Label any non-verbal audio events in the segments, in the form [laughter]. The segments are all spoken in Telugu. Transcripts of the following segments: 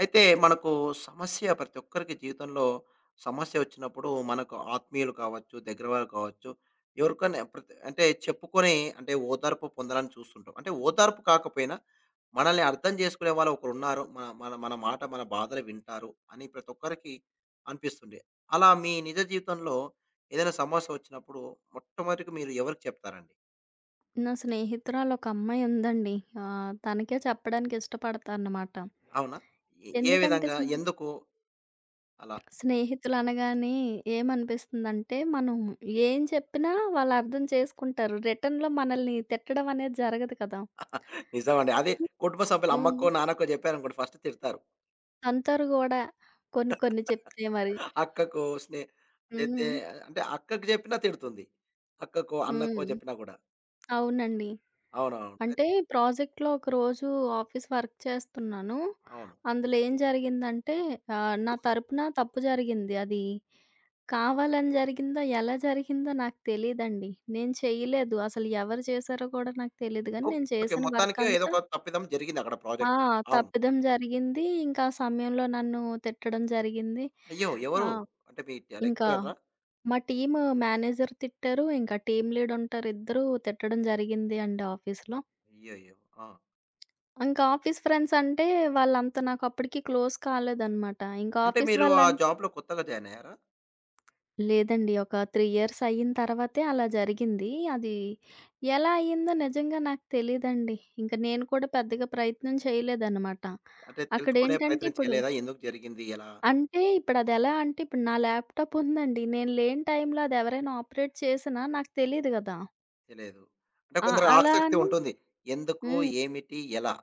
అయితే మనకు సమస్య ప్రతి ఒక్కరికి జీవితంలో సమస్య వచ్చినప్పుడు మనకు ఆత్మీయులు కావచ్చు, దగ్గర వారు కావచ్చు, ఎవరికైనా ప్రతి అంటే చెప్పుకొని అంటే ఓదార్పు పొందాలని చూస్తుంటాం. అంటే ఓదార్పు కాకపోయినా మనల్ని అర్థం చేసుకునే వాళ్ళు ఒకరున్నారు. మన మన మన మాట, మన బాధలు వింటారు అని ప్రతి ఒక్కరికి అనిపిస్తుంది. అలా మీ నిజ జీవితంలో ఏదైనా సమస్య వచ్చినప్పుడు మొట్టమొదటిగా మీరు ఎవరికి చెప్తారండి? నా స్నేహితురాలు ఒక అమ్మాయి ఉందండి. తనకే చెప్పడానికి ఇష్టపడతా అన్నమాట. అవునా? ఏ ఏ ఎందుకంటే విధంగా? ఎందుకు అలా? స్నేహితులు అనగానే ఏమనిపిస్తుందంటే, మనం ఏం చెప్పినా వాళ్ళు అర్థం చేసుకుంటారు. రిటర్న్‌లో మనల్ని తిట్టడం అనేది జరగదు కదా! నిజమండి. అదే కుటుంబ సభ్యులు హ్మ్. అమ్మకో, నాన్నకో జెప్పారనుకోండి ఫస్ట్ తిడతారు. అంటారు గూడా. కొన్ని కొన్ని చెప్తే మరి. అక్కకో స్నే అయితే హ్మ్. అంటే అక్కకి జెప్పినా తిడుతుంది. అక్కకో, అన్నకో హ్మ్. జెప్పినా గూడా. అవునండి. అవునవును. అయి అంటే ప్రాజెక్ట్‌లో ఒకరోజు ఆఫీస్ వర్క్ చేస్తున్నాను. అవును. అందులో ఏం జరిగిందంటే నా తరపున తప్పు జరిగింది. అది కావాలని జరిగిందో, ఎలా జరిగిందో నాకు తెలీదండి. నేను చేయలేదు. అసలు ఎవరు చేశారో కూడా నాకు తెలీదు గానీ, ఓకే. నేను ఓకే. చేసిన వర్క్ మొత్తానికి ఏదో అంతా ఒక తప్పిదం జరిగిందక్కడ ఆ! ప్రాజెక్ట్‌లో. అవును. తప్పిదం జరిగింది. ఇంకా ఆ సమయంలో నన్ను తిట్టడం జరిగింది. అయ్యో! ఆ! ఎవరు? అంటే మీ ట ఇంకా లెక్చరరా? మా టీమ్ మేనేజర్ తిట్టారు. ఇంకా టీమ్ లీడ్ ఉంటారు. ఇద్దరూ తిట్టడం జరిగింది అండి ఆఫీస్‌లో. అయ్యయ్యో! ఆ! ఇంకా ఆఫీస్ ఫ్రెండ్స్ అంటే వాళ్ళంత నాకప్పటికి క్లోజ్ కాలేదనమాట. ఇంకా అంటే ఆఫీస్ మీరు ఆ వాళ్ళం జాబ్‌లో కొత్తగా జాయిన్ అయ్యారా? లేదండి. ఒక 3 ఇయర్స్ అయిన తర్వాతే అలా జరిగింది. అది ఎలా అయిందో నిజంగా నాకు తెలీదండి. ఇంక నేను కూడా పెద్దగా ప్రయత్నం చేయలేదనమాట. అంటే తెలుసుకునే అక్కడేంటంటే ప్రయత్నం ఇప్పుడు చేయలేదా? ఎందుకు జరిగింది? ఎలా? అంటే ఇప్పుడదెలా అంటే ఇప్పుడు నా ల్యాప్‌టాప్ ఉందండి. నేను లేని టైంలో అదెవరైనా ఆపరేట్ చేసినా నాకు తెలీదు గదా! తెలియదు. అంటే ఆ! కొందరు అలా ఆసక్తి అని ఉంటుంది. ఎందుకు? హ్మ్. ఏమిటి? ఎలా?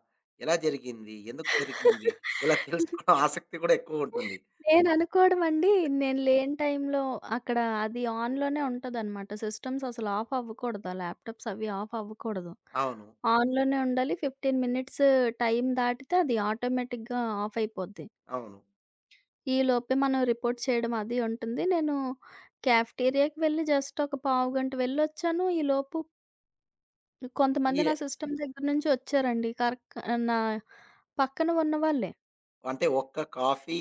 ఎలా జరిగింది? ఎందుకు జరిగింది? ఇలా తెలుసుకోవడం [laughs] [laughs] ఆసక్తి కూడా ఎక్కువుంటుంది. నేననుకోవడం అండి. నేను లేని టైంలో అక్కడ అది ఆన్‌లోనే ఉంటదనమాట. సిస్టమ్స్ అసలు ఆఫ్ అవ్వకూడదు. ఆ ల్యాప్‌టాప్స్ అవి ఆఫ్ అవ్వకూడదు. అవును. ఆన్‌లోనే ఉండాలి. 15 మినిట్స్ టైం దాటితే అది ఆటోమేటిక్‌గా ఆఫ్ అయిపోద్ది. అవును. ఈలోపే మనం రిపోర్ట్ చేయడం అది ఉంటుంది. నేను క్యాఫ్‌టేరియాకి వెళ్ళి జస్ట్ ఒక పావుగంట వెళ్ళొచ్చాను. ఈలోపు కొంతమంది ఈ నా సిస్టమ్ దగ్గర నుంచి వచ్చారండి. కరెక్ట్ నా పక్కన ఉన్నవాళ్ళే. అంటే ఒక్క కాఫీ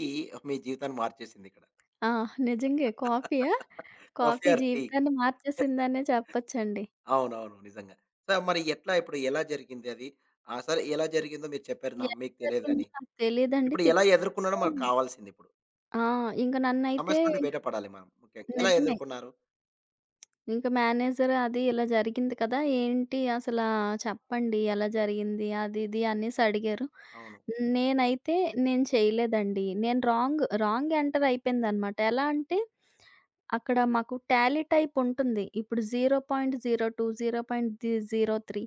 మీ జీవితాన్ని మార్చేసిందిక్కడ. ఆ! నిజంగే. కాఫీయా? Coffee coffee or tea. జీవితాన్ని మార్చేసిందనే చెప్పొచ్చండి. అవునవును. నిజంగా. సో, మరి ఎట్లా ఇప్పుడు ఎలా జరిగింది అది? ఆ! సరే ఎలా జరిగిందో మీరు చెప్పారు నా ఎలా మీకు తెలియదని. జరిగిందో నాకు తెలీదండి. ఇప్పుడు ఎలా తిట్లు ఎదుర్కొన్నాడో మాత్రం మనకు కావాల్సిందిప్పుడు. ఆ! ఇంక నన్నైతే సమస్య నుండి బయట పడాలి మనం ముఖ్యంగా. ఎలా నిజమే. ఎదుర్కొన్నారు? ఇంక మేనేజర్ అది ఇలా జరిగింది కదా! ఏంటి అసలా చెప్పండి ఎలా జరిగింది? అది ఇది అనేసి అడిగారు. అవును. నేనైతే నేను చేయలేదండి. నేను రాంగ్, రాంగ్ ఎంటర్ అయిపోయిందనమాట. ఎలా అంటే అక్కడ మాకు టాలీ టైప్ ఉంటుంది. ఇప్పుడు 0.02, 0.03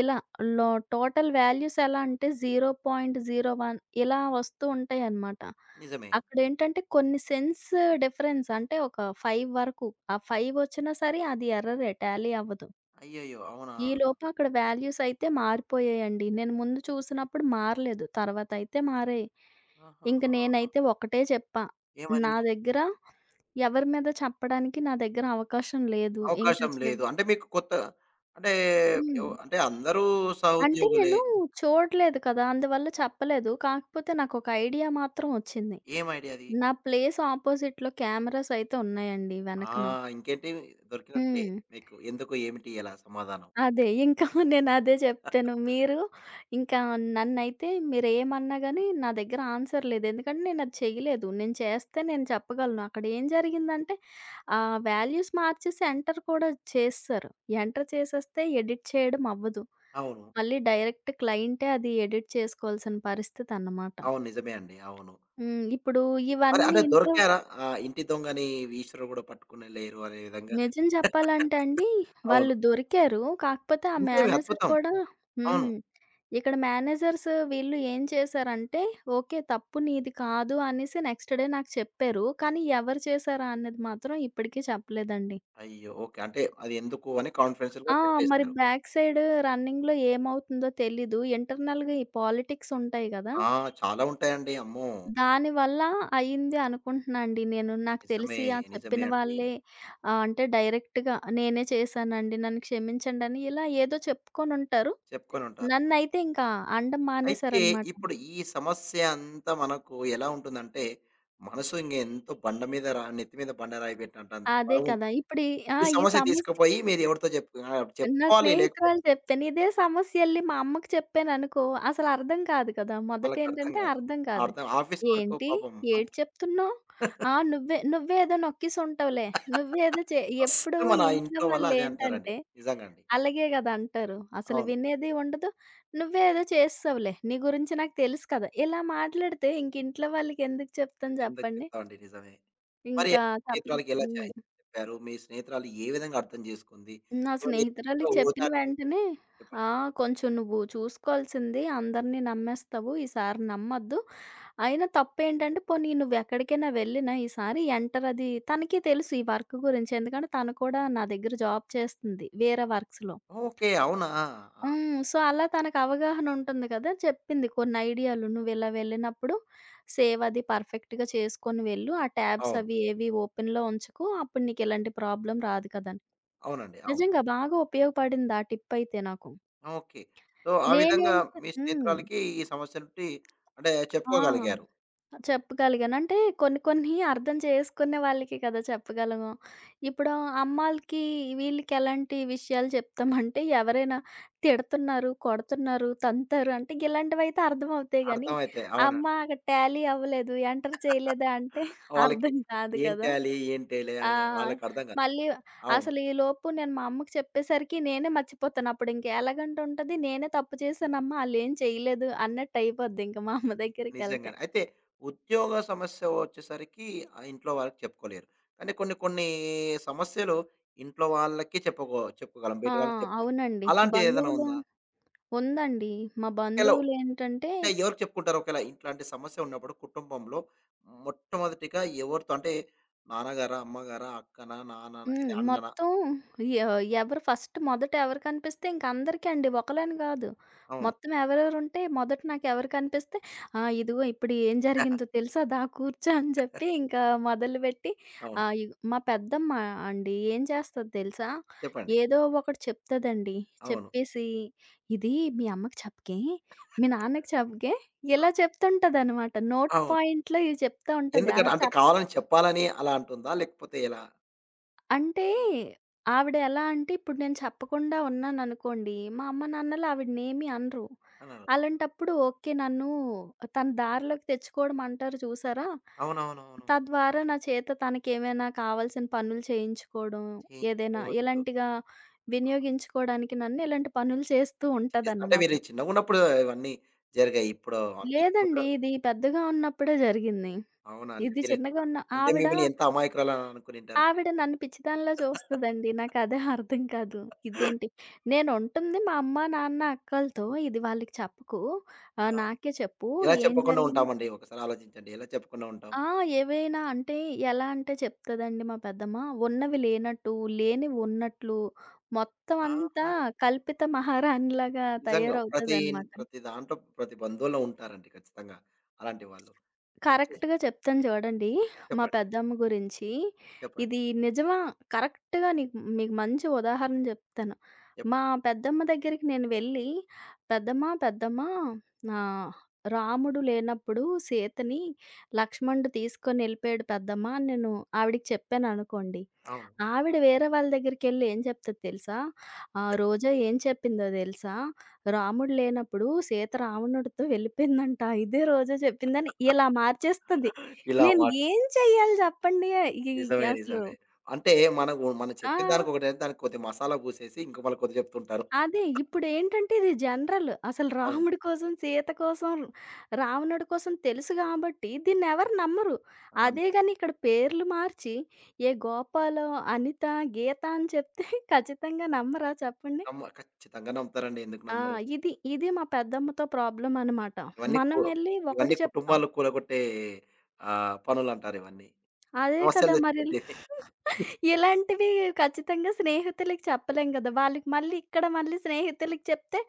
ఇలా లో టోటల్ వాల్యూస్ ఎలా అంటే 0.01 ఇలా వస్తూ ఉంటాయన్నమాట. నిజమే. అక్కడేంటంటే కొన్ని సెన్స్ డిఫరెన్స్ అంటే ఒక 5 వరకు. ఆ 5 వచ్చినా సరే అది ఎర్రరే టాలీ అవ్వదు. అయ్యయ్యో! అవునా? ఈలోపు అక్కడ వాల్యూస్ అయితే మారిపోయాయండి. నేను ముందు చూసినప్పుడు మారలేదు. తర్వాతయితే మారాయి. ఆహా! ఇంక నేనైతే ఒకటే చెప్పా. నా ఏమని? దగ్గర ఎవరి మీద చెప్పడానికి నా దగ్గర అవకాశం లేదు. ఇంక అవకాశం చివ్ లేదు. అంటే మీకు కొత్త అంటే హ్మ్. ఎవ్ అంటే అందరూ అంటే సహోద్యోగులే. నేను చూడలేదు కదా! అందువల్ల చెప్పలేదు. కాకపోతే నాకొక ఐడియా మాత్రం వచ్చింది. ఏం ఐడియా అది? నా ప్లేస్ ఆపోజిట్‌లో కెమెరాస్ అయితే ఉన్నాయండి ఆ! వెనకన. ఇంకేంటి దొరికినట్టే హ్మ్. మీకు. ఎందుకు, ఏమిటి, ఎలా సమాధానం. అదే. ఇంకా [laughs] నేనదే జెప్పాను. మీరు ఇంకా నన్నైతే మీరేమన్నా గాని నా దగ్గర ఆన్సర్ లేదు. ఎందుకంటే నేనది చెయ్యలేదు. నేను చేస్తే నేను చెప్పగలను. అక్కడేం జరిగిందంటే వాల్యూస్ మార్చేసి ఎంటర్ కూడా చేసేశారు. ఎంటర్ చేసేస్తే ఎడిట్ చేయడం అవ్వదు. అవును. మళ్ళీ డైరెక్ట్ క్లయింటే అది ఎడిట్ చేసుకోవాల్సిన పరిస్థితన్నమాట. అవును. నిజమే అండి. అవును. హ్మ్. ఇప్పుడు మరి ఇవన్నీ అంటే ఇంట్లో దొరికారా? ఆ ఇంటి దొంగని ఈశ్వరుడు కూడా పట్టుకునలేరు అనే విధంగా. నిజం చెప్పాలంటే అండి, అవును. వాళ్ళు దొరికారు. కాకపోతే ఆ ఇంకేమి మేనేజర్ అద్భుతం. కూడా అవును. హ్మ్. ఇక్కడ మేనేజర్స్ వీళ్ళు ఏం చేశారంటే, ఓకే. తప్పు నీది కాదు అనేసి నెక్స్ట్ డే నాకు చెప్పారు. కానీ ఎవరు చేశారా అన్నది మాత్రం ఇప్పటికీ చెప్పలేదండి. అయ్యో! ఓకే. అంటే అది ఎందుకు అని కాన్ఫిడెన్షియల్‌గా ఆ! మరి పెట్టేసారు. బ్యాక్ సైడ్ రన్నింగ్‌లో ఏమవుతుందో తెలీదు. ఇంటర్నల్‌గా ఈ పాలిటిక్స్ ఉంటాయి గదా! ఆ! చాలా ఉంటాయండి. అమ్మో! దానివల్ల అయింది అనుకుంటున్నాండి నేను. నాకు నిజమే. తెలిసి ఆ నిజమే చెప్పిన అండి. వాళ్ళే అంటే డైరెక్ట్‌గా నేనే చేశానండి. నన్ను క్షమించండని ఇలా ఏదో చెప్పుకొనుంటారు. చెప్పుకొనుంటారు. నన్నైతే ఇంకా అనడం అయితే మానేసారనమాట. ఇప్పుడు ఈ సమస్య అంతా మనకు ఎలా ఉంటుందంటే, మనసు ఇంగ ఎంతో బండ మీద రా నెత్తి మీద బండ రాయి పెట్టినట్టంత అదే బరువుంటుంది. కదా! ఇప్పుడు ఈ ఆ! ఈ ఈ సమస్య సమస్య తీసుకుపోయి మీరు ఎవరితో చెప్పు నా చెప్పుకోవాలి లేకపోతే స్నేహితురాలు చెప్తాను. ఇదే సమస్యెళ్లి మా అమ్మకి చెప్పాననుకో అసలర్థం కాదు కదా! వాళ్ళకి అర్థం మొదటేంటంటే కాదు. అర్థం కాదు. అర్థం ఆఫీస్ వరకు "ఏంటి? పాపం ఏటి వాళ్ళకి చెప్తున్నావు? ఆ! నువ్వేదో నొక్కేసుంటావులే. నువ్వేదో చే" ఎప్పుడు ఫస్ట్ మన ఇంట్లో ఇంట్లో వాళ్ళు అదే అంటారండి. వాళ్ళేంటంటే నిజంగా అండి. అలాగే గదా అంటారు. అసలు అవును. వినేది ఉండదు. "నువ్వేదో చేసేసావులే. నీ గురించి నాకు తెలుసు కదా!" ఇలా మాట్లాడితే ఇంక ఇంట్లో వాళ్ళకెందుకు చెప్తాను ఎందుకు చెప్పండి? చెప్తామండి నిజమే. మరి ఇంకా తప్ స్నేహితురాలికి ఎలా చే హ్మ్. చెప్పారు? మీ స్నేహితురాలు ఏ విధంగా అర్థం చేసుకుంది? నా ఏమైనా ఏదో స్నేహితురాలికి చెప్పిన ఓదార్పు వెంటనే, చెప్పండి. "ఆ! కొంచెం నువ్వు చూసుకోవాల్సింది అందరిని నమ్మేస్తావు. ఈసారి నమ్మొద్దు. అయినా తప్పేంటంటే పోనీ నువ్వెక్కడికైనా వెళ్ళినా ఈసారి ఎంటర్ అది" తనకి తెలుసు ఈ వర్క్ గురించి. ఎందుకంటే తను కూడా నా దగ్గర జాబ్ చేస్తుంది వేరే వర్క్స్‌లో. ఓకే. అవునా! ఆ! హ్మ్. సో, అలా తనకు అవగాహన ఉంటుంది కదా! చెప్పింది కొన్ని ఐడియాలు. "నువ్విలా వెళ్ళినప్పుడు సేవ్ అది పర్ఫెక్ట్‌గా చేసుకొని వెళ్ళు. ఆ ట్యాబ్స్ అవును. అవి ఏవి ఓపెన్‌లో ఉంచకు. అప్పుడు నీకిలాంటి ప్రాబ్లమ్ రాదు కదా!" అవునండి. అవును. నిజంగా బాగా ఉపయోగపడింది ఆ టిప్పయితే నాకు. ఓకే. సో, ఆ విధంగా నేనేంటి మీ హ్మ్. స్నేహితురాలికి ఈ సమస్య నుండి అంటే ఆ! చెప్పుకోగలిగారు. చెప్పగలిగాను. అంటే కొన్ని కొన్ని అర్థం చేసుకునే వాళ్ళకి కదా చెప్పగలము. ఇప్పుడు అమ్మాయిలకి వీళ్ళకి ఎలాంటి విషయాలు చెప్తామంటే ఎవరైనా తిడుతున్నారు, కొడుతున్నారు, తంతారు అంటే ఇలాంటివైతే అర్థమవుతాయి గానీ, అర్థమైతే. అవునండి. అమ్మ అక్కడ టాలీ అవ్వలేదు, ఎంటర్ చేయలేదా అంటే వాళ్ళకి అర్థం కాదు ఏం కదా! చేయాలి? ఏం చేయలే ఆ! అని వాళ్ళకర్థం కాదు. మళ్ళీ అవును. అసలు ఈలోపు నేను మా అమ్మకి చెప్పేసరికి నేనే మర్చిపోతాను. అప్పుడు ఇంక ఎలాగంటే ఉంటది, నేనే తప్పు చేశానమ్మా ఆళ్ళేం చేయలేదు అన్నట్టు అయిపోద్ది ఇంక మా అమ్మ దగ్గరికెళ్తే. నిజంగానే. అయితే ఉద్యోగ సమస్య వచ్చేసరికి ఆ ఇంట్లో వాళ్ళకి చెప్పుకోలేరు. కానీ కొన్ని కొన్ని సమస్యలు ఇంట్లో వాళ్ళకి చెప్పుకో చెప్పుకోగలం. ఆ! బయట వాళ్ళకి చెప్పలేం. అవునండి. అలాంటిదేదైనా బంధువులు ఉందా? ఉందండి. మా ఎలా బంధువులేంటంటే అంటే ఎవరికి చెప్పుకుంటారు? ఒకవేళ ఇట్లాంటి సమస్య ఉన్నప్పుడు కుటుంబంలో మొట్టమొదటిగా ఎవరితో అంటే నాన్నగారా? అమ్మగారా? అక్కనా? నాన్న హ్మ్. ఇది అన్ననా? మొత్తం ఎ ఎవరు ఫస్ట్ మొదట ఎవరు కనిపిస్తే ఇంకందరికీ అండి. ఒకళ్ళని గాదు. అవును. మొత్తం ఎవరెవరుంటే మొదట నాకెవరు కనిపిస్తే "ఆ! ఇదిగో ఇప్పుడు ఏం జరిగిందో తెలుసా? దా కూర్చో" అని జెప్పి ఇంకా మొదలుపెట్టి అవును. ఇగో మా పెద్దమ్మ అండి ఏం చేస్తది తెలుసా? చెప్పండి. ఏదో ఒకటి చెప్తదండి. అవును. చెప్పేసి "ఇది మీ అమ్మకి చెప్పకే, మీ నాన్నకి చెప్పకే" ఇలా చెప్తుంటదనమాట. నోట్ అవును. పాయింట్‌లో ఇవి చెప్తా ఉంటది. ఎందుకని అలా అంటే చెప్ కావాలని చెప్పాలని అలా అంటుందా? లేకపోతే ఎలా? అంటే, ఆవిడ ఎలా అంటే, ఇప్పుడు నేను చెప్పకుండా ఉన్నాననుకోండి, మా అమ్మ-నాన్నలు ఆవిడనేమి అనరు. అననా? అలాంటప్పుడు ఓకే. నన్ను తన దారిలోకి తెచ్చుకోవడం అంటారు చూసారా? అవునవునవును. తద్వారా నా చేత తనకేమైనా కావాల్సిన పనులు చేయించుకోవడం, ఏదైనా చేయించుకోవచ్చు. ఇలాంటిగా వినియోగించుకోవడానికి నన్ను ఇలాంటి పనులు చేస్తూ చేస్ అంటే ఉంటదన్నమాట. మీరు చిన్నగున్నప్పుడు ఇవన్నీ జరిగాయి. ఇప్పుడు అన్నీ లేదండి. కుదరవు. ఇది పెద్దగా ఉన్నప్పుడే జరిగింది. అవునా? అంటే ఇది మీరు చిన్నగా ఉన్న అంటే ఆవిడ మిమ్మల్ని ఎంత అమాయకురాలని అనుకునింటారండి. ఆవిడ నన్ను పిచ్చిదానిలా చూస్తదండి. నాకదే అర్థం కాదు. ఇదేంటి నేనుంటుంది మా అమ్మ, నాన్న, అక్కలతో ఇది వాళ్ళకి చెప్పకు. ఆ! నాకే చెప్పు ఎలా ఏం చెప్పకుండా జరిగినా ఉంటామండి? ఒకసారి ఆలోచించండి. ఎలా చెప్పకుండా ఉంటాం? ఆ! ఏవైనా అంటే ఎలా అంటే చెప్తదండి మా పెద్దమ్మ. ఉన్నవి లేనట్టు, లేనివి ఉన్నట్లు మొత్తం అంతా ఆ! కల్పిత మహారాణిలాగా నిజంగా. ప్రతి తయారవుతదనమాట. ప్రతి దాంట్లో ప్రతి బంధువులో ఉంటారండి ఖచ్చితంగా అలాంటి వాళ్ళు. ఏ, కరెక్ట్‌గా చెప్తాను చూడండి. మా చెప్పండి. పెద్దమ్మ గురించి. చెప్పండి. ఇది నిజమా కరెక్ట్‌గా నీకు మీకు మంచి ఉదాహరణ చెప్తాను. మా చెప్పండి. పెద్దమ్మ దగ్గరికి నేను వెళ్ళి, పెద్దమ్మ పెద్దమ్మ ఆహ్, రాముడు లేనప్పుడు సీతని లక్ష్మణుడు తీసుకొని ఎళ్ళిపోయాడు పెద్దమ్మ అని నేను ఆవిడకి చెప్పాననుకోండి. అవును. ఆవిడ వేరే వాళ్ళ దగ్గరికెళ్ళి ఏం చెప్తది తెలుసా? రోజా ఏం చెప్పిందో తెలుసా? రాముడు లేనప్పుడు సీత రావణుడితో వెళ్ళిపోయిందంట. ఇదే రోజా చెప్పిందని ఇలా మార్చేస్తది. ఇలా నేను మార్చ్ ఏం చెయ్యాలి చెప్పండి? ఈ నిజమే. అసలు నిజమే. అంటే మనకు మనం ఆ! చెప్పిన దానికి ఒకటైతే దానికి కొద్ది మసాలా పూసేసి ఇంక మళ్ళీ కొద్ది చెప్తుంటారు. అదే ఇప్పుడేంటంటే ఇది జనరల్. అసలు అవును. రాముడి కోసం, సీత కోసం, రావణుడి కోసం తెలుసు గాబట్టి దీన్నెవరు నమ్మరు. అదే అవునండి. గాని ఇక్కడ పేర్లు మార్చి ఏ గోపాలో, అనిత, గీత అని చెప్తే ఖచ్చితంగా నమ్మరా చెప్పండి? నమ్మ ఖచ్చితంగా నమ్ముతారండి. ఎందుకు ఆ! నమ్మరు? ఇది మా పెద్దమ్మతో ప్రాబ్లమనమాట. ఇవన్నీ మనం కు వెళ్లి ఒకటి ఇవన్నీ చెప్తాం. కుటుంబాలు కూలగొట్టే పనులంటారు ఇవన్నీ. అదే సమస్యలు కదా! మరి తెచ్చిపెట్టేవి. [laughs] ఇలాంటివి ఖచ్చితంగా స్నేహితులకి చెప్పలేం కదా! వాళ్ళకి మళ్ళీ ఇక్కడ మళ్ళీ స్నేహితులకి చెప్తే,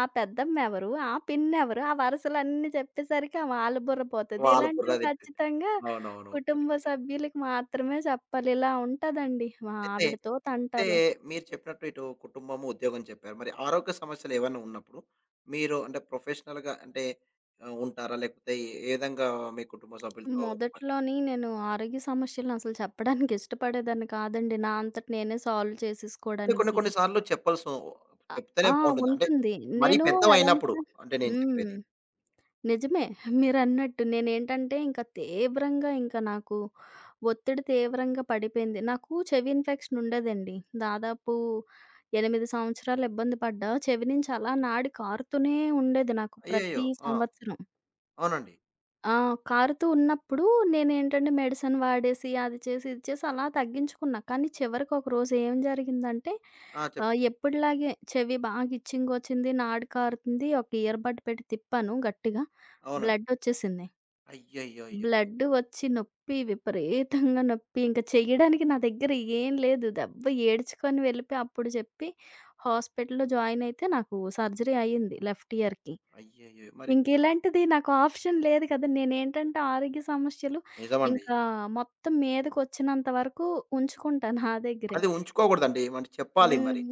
ఆ పెద్దమ్మ ఎవరు? ఆ పిన్నెవరు? ఆ వరుసలన్నీ చెప్పేసరికి వాళ్ళ బుర్ర పోతది. వాళ్ళ బుర్ర ఇలాంటివి తిప్పేది. ఖచ్చితంగా అవునవును. కుటుంబ కరెక్టే. సభ్యులకి మాత్రమే చెప్పాలి. ఇలా ఉంటదండి మా అయితే ఆవిడతో అయితే తంటాలు. మీరు చెప్పినట్టు ఇటు కుటుంబము, ఉద్యోగం చెప్పారు. మరి ఆరోగ్య సమస్యలు ఏవన్నా ఉన్నప్పుడు మీరు అంటే ప్రొఫెషనల్‌గా అంటే ఉంటారా? లేకపోతే ఏ విధంగా మీ కుటుంబ సభ్యులతో మొదట్లోని నేను ఆరోగ్య సమస్యలను అసలు చెప్పడానికి ఇష్టపడేదాన్ని కాదండి. నా అంతట నేనే సాల్వ్ అంటే కొన్ని చేసేసుకోవడానికి. కొన్ని సార్లు చెప్పాల్సి అ చెప్తేనే ఆ! బావుంటుంది. అంటే ఉంటుంది. మరీ నేను పెద్దవయినప్పుడు ఎలాంటిద అంటే నేను హ్మ్. చెప్పేది. నిజమే. మీరన్నట్టు నేనేంటంటే ఇంక తీవ్రంగా ఇంక నాకు ఒత్తిడి తీవ్రంగా పడిపోయింది. నాకు చెవి ఇన్ఫెక్షన్ ఉండేదండి. దాదాపు 8 సంవత్సరాలు ఇబ్బంది పడ్డా. చెవి నుంచి అలా నాడి కారుతూనే ఉండేది నాకు అయ్యయ్యో! ప్రతి ఆ! సంవత్సరం. అవునండి. ఆ! కారుతూ ఉన్నప్పుడు నేనేంటంటే మెడిసిన్ వాడేసి, అది చేసి, ఇది చేసి అలా తగ్గించుకున్నా. కానీ చివరికి ఒకరోజు ఏం జరిగిందంటే ఆ! చెప్పండి. ఎప్పటిలాగే చెవి బాగా ఇచ్చింగొచ్చింది, నాడి కారుతుంది. ఒక ఇయర్ బడ్ పెట్టి తిప్పాను గట్టిగా. అవునండి. బ్లడ్ ఒచ్చేసింది. అయ్యయ్యయ్యో! బ్లడ్ వచ్చి నొప్పి విపరీతంగా నొప్పి. ఇంక చెయ్యడానికి నా దగ్గర ఏం లేదు. దెబ్బ ఏడ్చుకొని వెళ్ళిపోయి అప్పుడు చెప్పి హాస్పిటల్‌లో జాయిన్ అయితే నాకు సర్జరీ అయ్యింది లెఫ్ట్ ఇయర్‌కి. అయ్యయ్యో! మరి ఇంకిలాంటిది నాకు ఆప్షన్ లేదు కదా! నేనేంటంటే ఆరోగ్య సమస్యలు నిజమండి. ఇంకా మొత్తం మీదకొచ్చినంత వరకు ఉంచుకుంటా నా దగ్గరే. అది ఉంచుకోకూడదండి. మరి చెప్పాలి మరి. హ్మ్.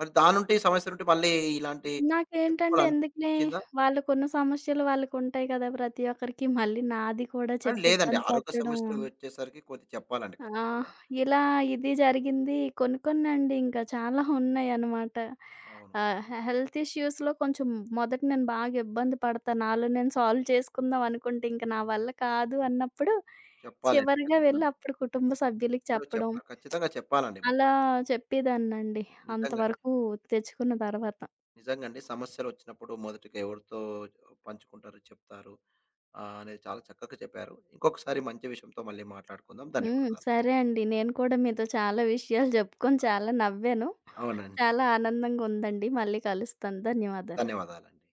మరి దానుంటి సమస్య నుండి మళ్ళీ ఇలాంటి నాకేంటంటే ఎందుకులే చెప్పుకోవాలనిపించిందా? వాళ్ళకున్న సమస్యలు వాళ్ళకుంటాయి కదా! ప్రతి ఒక్కరికి మళ్ళీ నాది కూడా ఆ! చెప్పి లేదండి. ఇబ్బంది ఆరోగ్య పెట్టడం సమస్యలు వచ్చేసరికి కొద్ది చెప్పాలండి ఆ! ఖచ్చితంగా. ఇలా ఇది జరిగింది. కొన్ని కొన్నండి ఇంకా చాలా ఉన్నాయన్నమాట. అవును. ఆహ్, హె హెల్త్ ఇష్యూస్‌లో కొంచెం మొదట నేను బాగా ఇబ్బంది పడతా. నాలో నేను సాల్వ్ చేసుకుందాం అనుకుంటే ఇంక నా వల్ల కాదు అన్నప్పుడు, చెప్పాలండి చివరిగా వెళ్ళి ఖచ్చితంగా. అప్పుడు కుటుంబ సభ్యులకి సో, చెప్పడం. చెప్ప ఖచ్చితంగా చెప్పాలండి మనం. అలా చెప్పేదాన్నండి. నిజంగా. అంతవరకు తెచ్చుకున్న తర్వాత. నిజంగండి. సమస్యలొచ్చినప్పుడు మొదటిగా ఎవరితో పంచుకుంటారు, చెప్తారు అనేది చాలా చక్కగా చెప్పారు. ఇంకొకసారి మంచి విషయంతో మళ్ళీ మాట్లాడుకుందాం. హ్మ్. ధన్యవాదాలు. సరే అండి. నేను కూడా మీతో చాలా విషయాలు చెప్పుకొని చాలా నవ్వాను. అవునండి. చాలా ఆనందంగా ఉందండి. మళ్ళీ కలుస్తాను. ధన్యవాదాలు. ధన్యవాదాలండి.